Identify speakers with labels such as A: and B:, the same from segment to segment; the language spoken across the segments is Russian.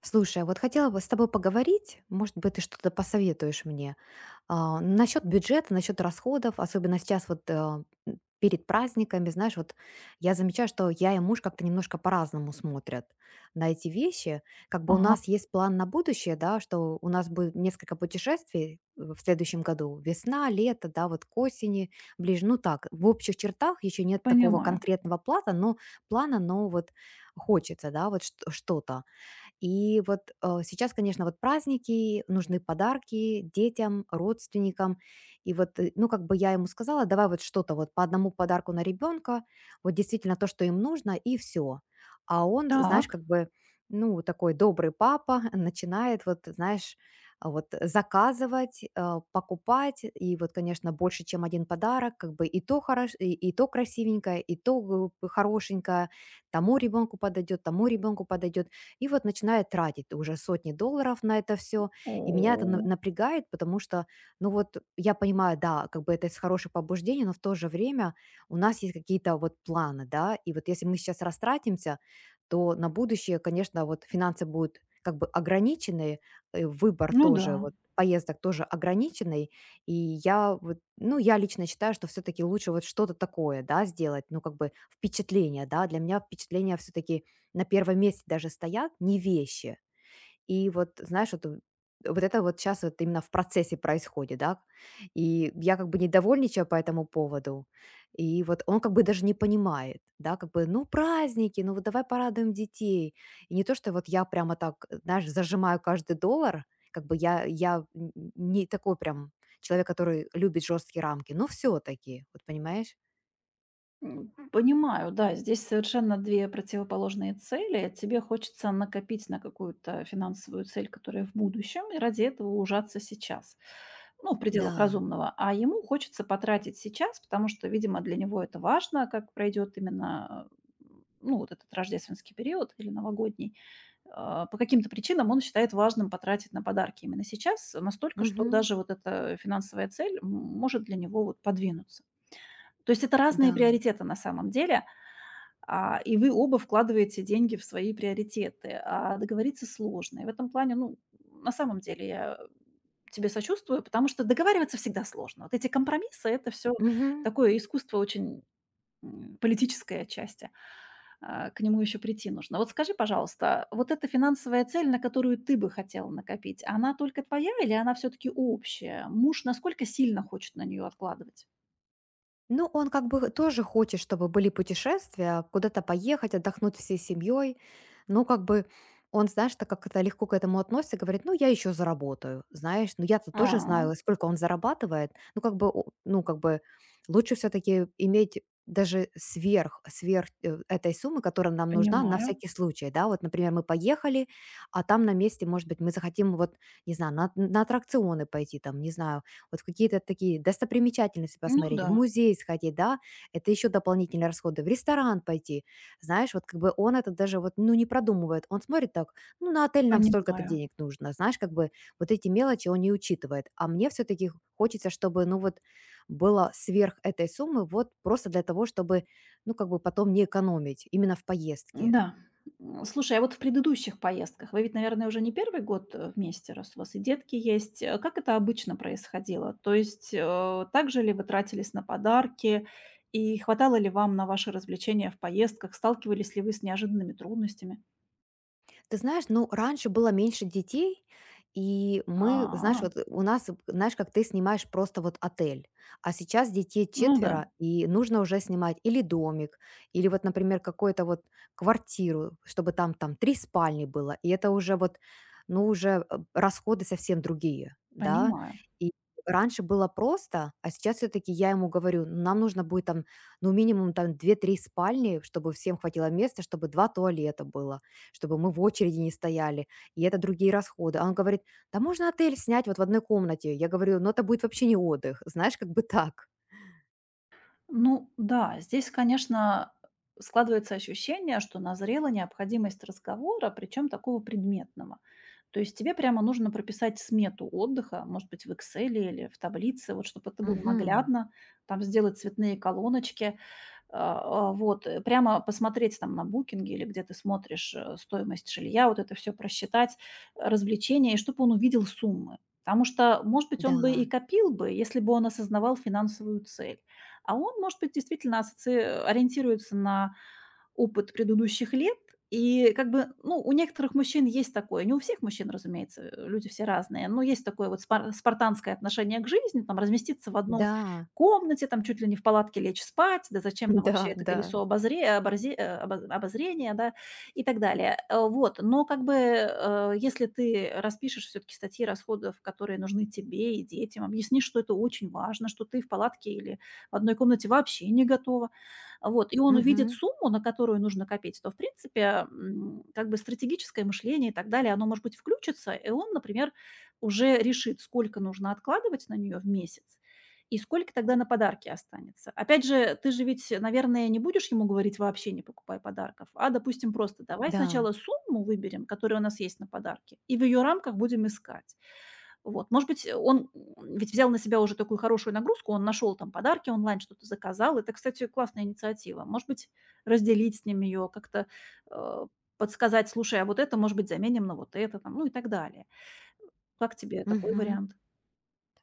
A: Слушай, а вот хотела бы с тобой поговорить, может быть, ты что-то посоветуешь мне, насчет бюджета, насчет расходов, особенно сейчас вот, перед праздниками, знаешь, вот я замечаю, что я и муж как-то немножко по-разному смотрят на эти вещи. Как бы у
B: Ага,
A: нас есть план на будущее, да, что у нас будет несколько путешествий, в следующем году, весна, лето, да, вот к осени, ближе, ну так, в общих чертах еще нет такого
B: понимаю.
A: конкретного плана, но вот хочется, да, вот что-то. И вот, сейчас, конечно, вот праздники, нужны подарки детям, родственникам. И вот, ну, как бы я ему сказала: "Давай вот что-то вот по одному подарку на ребенка, вот действительно то, что им нужно, и все". А он, знаешь,
B: Так.
A: как бы, ну, такой добрый папа, начинает вот, знаешь, вот заказывать, покупать. И вот, конечно, больше, чем один подарок, как бы и то хорош, и то красивенькое, и то, хорошенькое, тому ребенку подойдет, тому ребенку подойдет, и вот начинает тратить уже сотни долларов на это все.
B: О,
A: И меня это напрягает, потому что, ну вот, я понимаю, да, как бы это с хорошее побуждение, но в то же время у нас есть какие-то вот планы, да, и вот если мы сейчас растратимся, то на будущее, конечно, вот финансы будут как бы ограничены, выбор
B: ну да.
A: тоже, вот поездок тоже ограниченный, и я вот, ну, я лично считаю, что все-таки лучше вот что-то такое, да, сделать, ну, как бы впечатление, да, для меня впечатление все-таки на первом месте, даже стоят не вещи. И вот, знаешь, вот, вот это вот сейчас вот именно в процессе происходит, да. И я как бы недовольничаю по этому поводу. И вот он как бы даже не понимает, да, как бы, ну, праздники, ну вот давай порадуем детей. И не то, что вот я прямо так, знаешь, зажимаю каждый доллар, как бы я не такой прям человек, который любит жесткие рамки, но все-таки, вот понимаешь?
B: Понимаю, да, здесь совершенно две противоположные цели. Тебе хочется накопить на какую-то финансовую цель, которая в будущем, и ради этого ужаться сейчас. Ну, в пределах
A: Да.
B: разумного. А ему хочется потратить сейчас, потому что, видимо, для него это важно, как пройдет именно э, ну, вот этот рождественский период или новогодний. По каким-то причинам он считает важным потратить на подарки именно сейчас, настолько, что
A: Мгм.
B: даже вот эта финансовая цель может для него вот подвинуться. То есть это разные
A: Да.
B: приоритеты на самом деле, и вы оба вкладываете деньги в свои приоритеты, а договориться сложно. И в этом плане, ну, на самом деле я тебе сочувствую, потому что договариваться всегда сложно. Вот эти компромиссы – это все
A: Мгм.
B: такое искусство очень политическое отчасти, к нему еще прийти нужно. Вот скажи, пожалуйста, вот эта финансовая цель, на которую ты бы хотела накопить, она только твоя или она все-таки общая? Муж насколько сильно хочет на нее откладывать?
A: Ну, он как бы тоже хочет, чтобы были путешествия, куда-то поехать, отдохнуть всей семьей. Но как бы он, знаешь, так как это легко к этому относится, говорит, ну, я еще заработаю, знаешь. Ну, я-то тоже
B: А,
A: знаю, сколько он зарабатывает. Ну, как бы, ну, как бы лучше все-таки иметь даже сверх этой суммы, которая нам нужна на
B: понимаю.
A: всякий случай, да, вот, например, мы поехали, а там на месте, может быть, мы захотим, вот, не знаю, на аттракционы пойти, там, не знаю, вот в какие-то такие достопримечательности
B: Ну
A: посмотреть, в
B: да,
A: музей сходить, да, это еще дополнительные расходы, в ресторан пойти, знаешь, вот как бы он это даже вот, ну, не продумывает, он смотрит так, ну, на отель нам столько-то
B: понимаю.
A: денег нужно, знаешь, как бы вот эти мелочи он не учитывает, а мне все-таки хочется, чтобы, ну, вот было сверх этой суммы, вот просто для того, чтобы, ну, как бы потом не экономить именно в поездке.
B: Да. Слушай, а вот в предыдущих поездках вы ведь, наверное, уже не первый год, вместе, раз у вас и детки есть. Э, как это обычно происходило? То есть, так же ли вы тратились на подарки и хватало ли вам на ваши развлечения в поездках? Сталкивались ли вы с неожиданными трудностями?
A: Ты знаешь, ну, раньше было меньше детей, и мы, знаешь,
B: А,
A: вот у нас, знаешь, как ты снимаешь просто вот отель, а сейчас детей
B: ну да,
A: четверо, и нужно уже снимать или домик, или вот, например, какую-то вот квартиру, чтобы там три спальни было, и это уже вот, ну, уже, расходы совсем другие, да,
B: понимаю.
A: и раньше было просто, а сейчас все-таки я ему говорю, ну, нам нужно будет там, ну, минимум там две-три спальни, чтобы всем хватило места, чтобы два туалета было, чтобы мы в очереди не стояли, и это другие расходы. А он говорит: "Да можно отель снять вот в одной комнате". Я говорю: "Ну, это будет вообще не отдых". Знаешь, как бы так.
B: Ну да, здесь, конечно, складывается ощущение, что назрела необходимость разговора, причем такого предметного. То есть тебе прямо нужно прописать смету отдыха, может быть, в Excel или в таблице, вот чтобы это было
A: Мгм.
B: наглядно, там сделать цветные колоночки, прямо посмотреть там на "Букинге" или где ты смотришь, стоимость жилья, вот это все просчитать, развлечения, и чтобы он увидел суммы. Потому что, может быть, он бы и
A: Да,
B: копил бы, если бы он осознавал финансовую цель. А он, может быть, действительно ассоци ориентируется на опыт предыдущих лет. И как бы, ну, у некоторых мужчин есть такое, не у всех мужчин, разумеется, люди все разные, но есть такое вот спартанское отношение к жизни, там разместиться в одной
A: да.
B: комнате, там чуть ли не в палатке лечь спать, да зачем нам вообще
A: Да,
B: это
A: да.
B: колесо обозре- оборзе- э, обо- обозрения, да, и так далее. Вот, но как бы, если ты распишешь все-таки статьи расходов, которые нужны тебе и детям, объяснишь, что это очень важно, что ты в палатке или в одной комнате вообще не готова, вот, и он увидит
A: Мгм.
B: сумму, на которую нужно копить, то, в принципе, как бы стратегическое мышление и так далее, оно, может быть, включится, и он, например, уже решит, сколько нужно откладывать на нее в месяц и сколько тогда на подарки останется. Опять же, ты же ведь, наверное, не будешь ему говорить вообще не покупай подарков, а, допустим, просто давай
A: Да.
B: сначала сумму выберем, которая у нас есть на подарки, и в ее рамках будем искать. Вот, может быть, он ведь взял на себя уже такую хорошую нагрузку, он нашел там подарки онлайн, что-то заказал. Это, кстати, классная инициатива. Может быть, разделить с ним ее, как-то э, подсказать, слушай, а вот это, может быть, заменим на вот это, там, ну и так далее. Как тебе такой
A: Мгм.
B: вариант?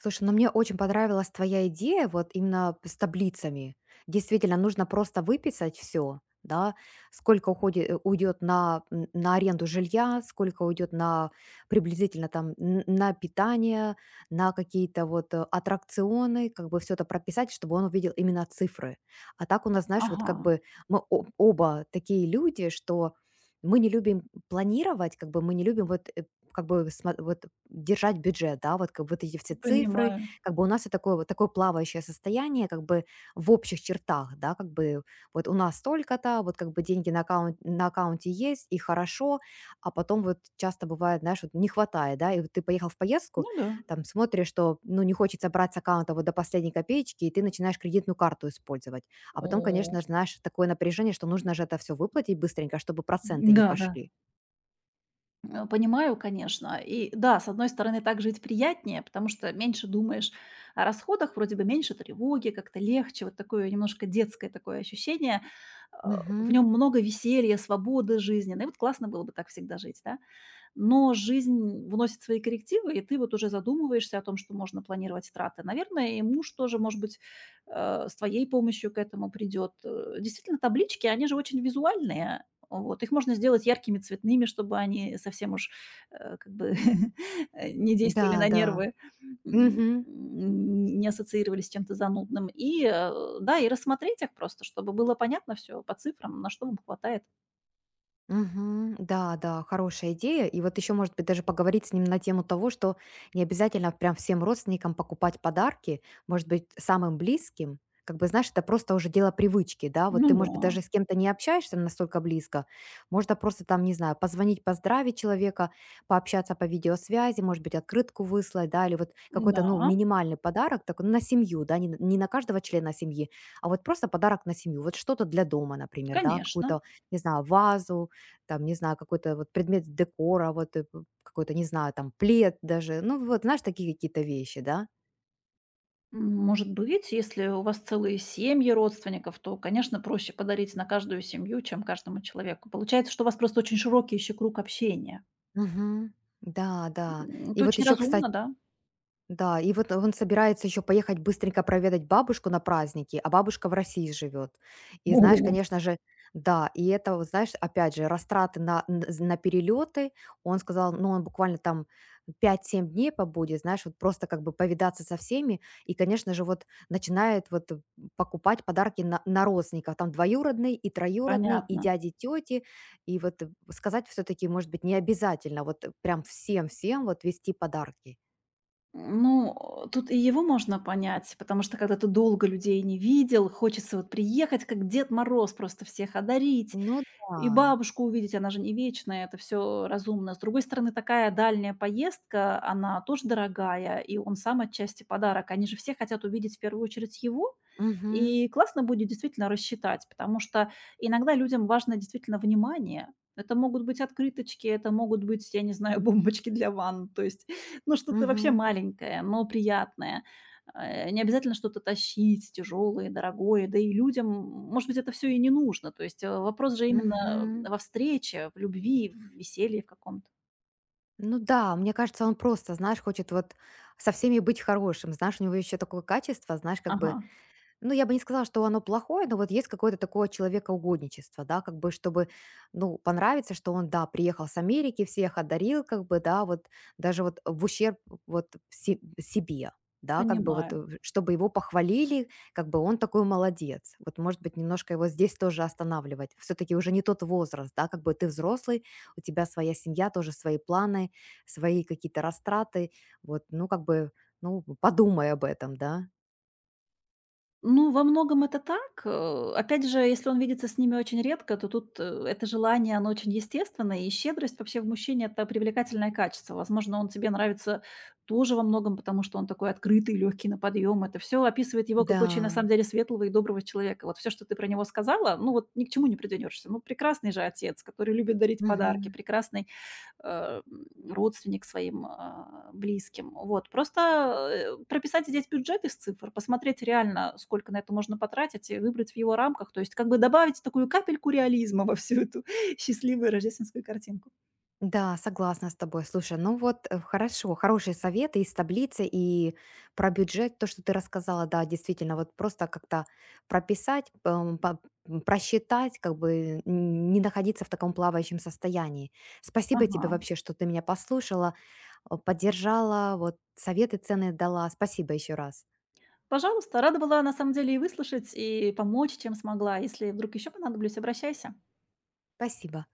A: Слушай, ну мне очень понравилась твоя идея вот именно с таблицами. Действительно, нужно просто выписать все, да, сколько уйдет на, на аренду жилья, сколько уйдет на приблизительно там на питание, на какие-то вот, аттракционы, как бы все это прописать, чтобы он увидел именно цифры. А так у нас, знаешь, вот
B: Ага,
A: как бы мы оба такие люди, что мы не любим планировать, как бы мы не любим вот, как бы смо вот держать бюджет, да, вот как бы вот эти все цифры.
B: понимаю.
A: Как бы у нас и такое вот такое плавающее состояние, как бы в общих чертах, да, как бы вот у нас столько-то, вот как бы деньги на аккаунте есть, и хорошо, а потом вот часто бывает, знаешь, вот не хватает, да, и вот ты поехал в поездку,
B: Ну да.
A: там смотришь, что, ну, не хочется брать с аккаунта вот до последней копеечки, и ты начинаешь кредитную карту использовать. А потом,
B: О,
A: конечно же, знаешь, такое напряжение, что нужно же это все выплатить быстренько, чтобы проценты не
B: да-да.
A: пошли.
B: Понимаю, конечно. И да, с одной стороны, так жить приятнее, потому что меньше думаешь о расходах, вроде бы меньше тревоги, как-то легче, вот такое немножко детское такое ощущение. Э, в
A: Мгм.
B: нем много веселья, свободы жизни, жизненной. Вот классно было бы так всегда жить, да? Но жизнь вносит свои коррективы, и ты вот уже задумываешься о том, что можно планировать траты. Наверное, и муж тоже, может быть, с твоей помощью к этому придет. Действительно, таблички, они же очень визуальные. Вот. Их можно сделать яркими, цветными, чтобы они совсем уж как бы не действовали
A: Да,
B: на
A: да.
B: нервы, м,
A: Мгм.
B: не ассоциировались с чем-то занудным. И да, и рассмотреть их просто, чтобы было понятно все по цифрам, на что вам хватает.
A: Мгм. Да, да, хорошая идея. И вот еще, может быть, даже поговорить с ним на тему того, что не обязательно прям всем родственникам покупать подарки, может быть, самым близким. Как бы, знаешь, это просто уже дело привычки, да, вот
B: Ну
A: ты, может
B: да,
A: быть, даже с кем-то не общаешься настолько близко, можно просто там, не знаю, позвонить, поздравить человека, пообщаться по видеосвязи, может быть, открытку выслать, да, или вот какой-то,
B: да,
A: ну, минимальный подарок, такой, ну, на семью, да, не на каждого члена семьи, а вот просто подарок на семью, вот что-то для дома, например, да,
B: конечно.
A: какую-то, не знаю, вазу, там, не знаю, какой-то вот предмет декора, вот, э, п какой-то, не знаю, там плед даже. Ну, вот, знаешь, такие какие-то вещи, да.
B: Может быть, если у вас целые семьи родственников, то, конечно, проще подарить на каждую семью, чем каждому человеку. Получается, что у вас просто очень широкий еще круг общения.
A: Мгм. Да, да. И
B: Это
A: вот
B: очень
A: еще, кстати,
B: разумно, да?
A: да, и вот он собирается еще поехать быстренько проведать бабушку на праздники, а бабушка в России живет. И знаешь,
B: Во.
A: конечно же, да, и это, вот знаешь, опять же, растраты на перелеты. Он сказал, ну, он буквально там пять 7 дней побудет, знаешь, вот просто как бы повидаться со всеми. И, конечно же, вот начинает вот, покупать подарки на родственников. Там двоюродный и троюродный, и
B: Понятно.
A: дяди, тети. И вот, сказать все-таки, может быть, не обязательно вот, прям всем-всем вот вести подарки.
B: Ну, тут и его можно понять, потому что когда ты долго людей не видел, хочется вот приехать, как Дед Мороз, просто всех одарить.
A: Ну
B: И
A: да.
B: бабушку увидеть, она же не вечная, это все разумно. С другой стороны, такая дальняя поездка, она тоже дорогая, и он сам отчасти подарок. Они же все хотят увидеть в первую очередь его,
A: Мгм.
B: и классно будет действительно рассчитать, потому что иногда людям важно действительно внимание. Это могут быть открыточки, это могут быть, я не знаю, бомбочки для ванн, то есть, ну, что-то вообще
A: Мгм.
B: маленькое, но приятное. Не обязательно что-то тащить тяжелое, дорогое, да и людям, может быть, это все и не нужно. То есть, вопрос же именно
A: Мгм.
B: во встрече, в любви, в веселье в каком-то.
A: Ну да, мне кажется, он просто, знаешь, хочет вот со всеми быть хорошим. Знаешь, у него еще такое качество, знаешь, как
B: Ага,
A: бы, ну, я бы не сказала, что оно плохое, но вот есть какое-то такое человекоугодничество, да, как бы чтобы, ну, понравиться, что он, да, приехал с Америки, всех одарил, как бы, да, вот даже вот в ущерб вот себе, да, как бы вот,
B: понимаю.
A: чтобы его похвалили, как бы он такой молодец. Вот, может быть, немножко его здесь тоже останавливать. Все-таки уже не тот возраст, да, как бы ты взрослый, у тебя своя семья, тоже свои планы, свои какие-то растраты, вот, ну, как бы, ну, подумай об этом, да.
B: Ну, во многом это так. Опять же, если он видится с ними очень редко, то тут, это желание, оно очень естественное. И щедрость вообще в мужчине – это привлекательное качество. Возможно, он тебе нравится тоже во многом, потому что он такой открытый, легкий на подъем. Это все описывает его как очень, на самом
A: Да.
B: деле, светлого и доброго человека. Вот все, что ты про него сказала, ну, вот ни к чему не придернешься. Ну, прекрасный же отец, который любит дарить подарки,
A: Мгм.
B: прекрасный э, родственник своим, близким. Вот, просто, прописать здесь бюджет из цифр, посмотреть реально, сколько на это можно потратить, и выбрать в его рамках. То есть как бы добавить такую капельку реализма во всю эту счастливую рождественскую картинку.
A: Да, согласна с тобой. Слушай, ну вот, хорошо, хорошие советы из таблицы и про бюджет, то, что ты рассказала, да, действительно, вот просто как-то прописать, просчитать, как бы не находиться в таком плавающем состоянии. Спасибо
B: Ага.
A: тебе вообще, что ты меня послушала, поддержала, вот советы ценные дала. Спасибо еще раз.
B: Пожалуйста, рада была на самом деле и выслушать, и помочь, чем смогла. Если вдруг еще понадоблюсь, обращайся.
A: Спасибо.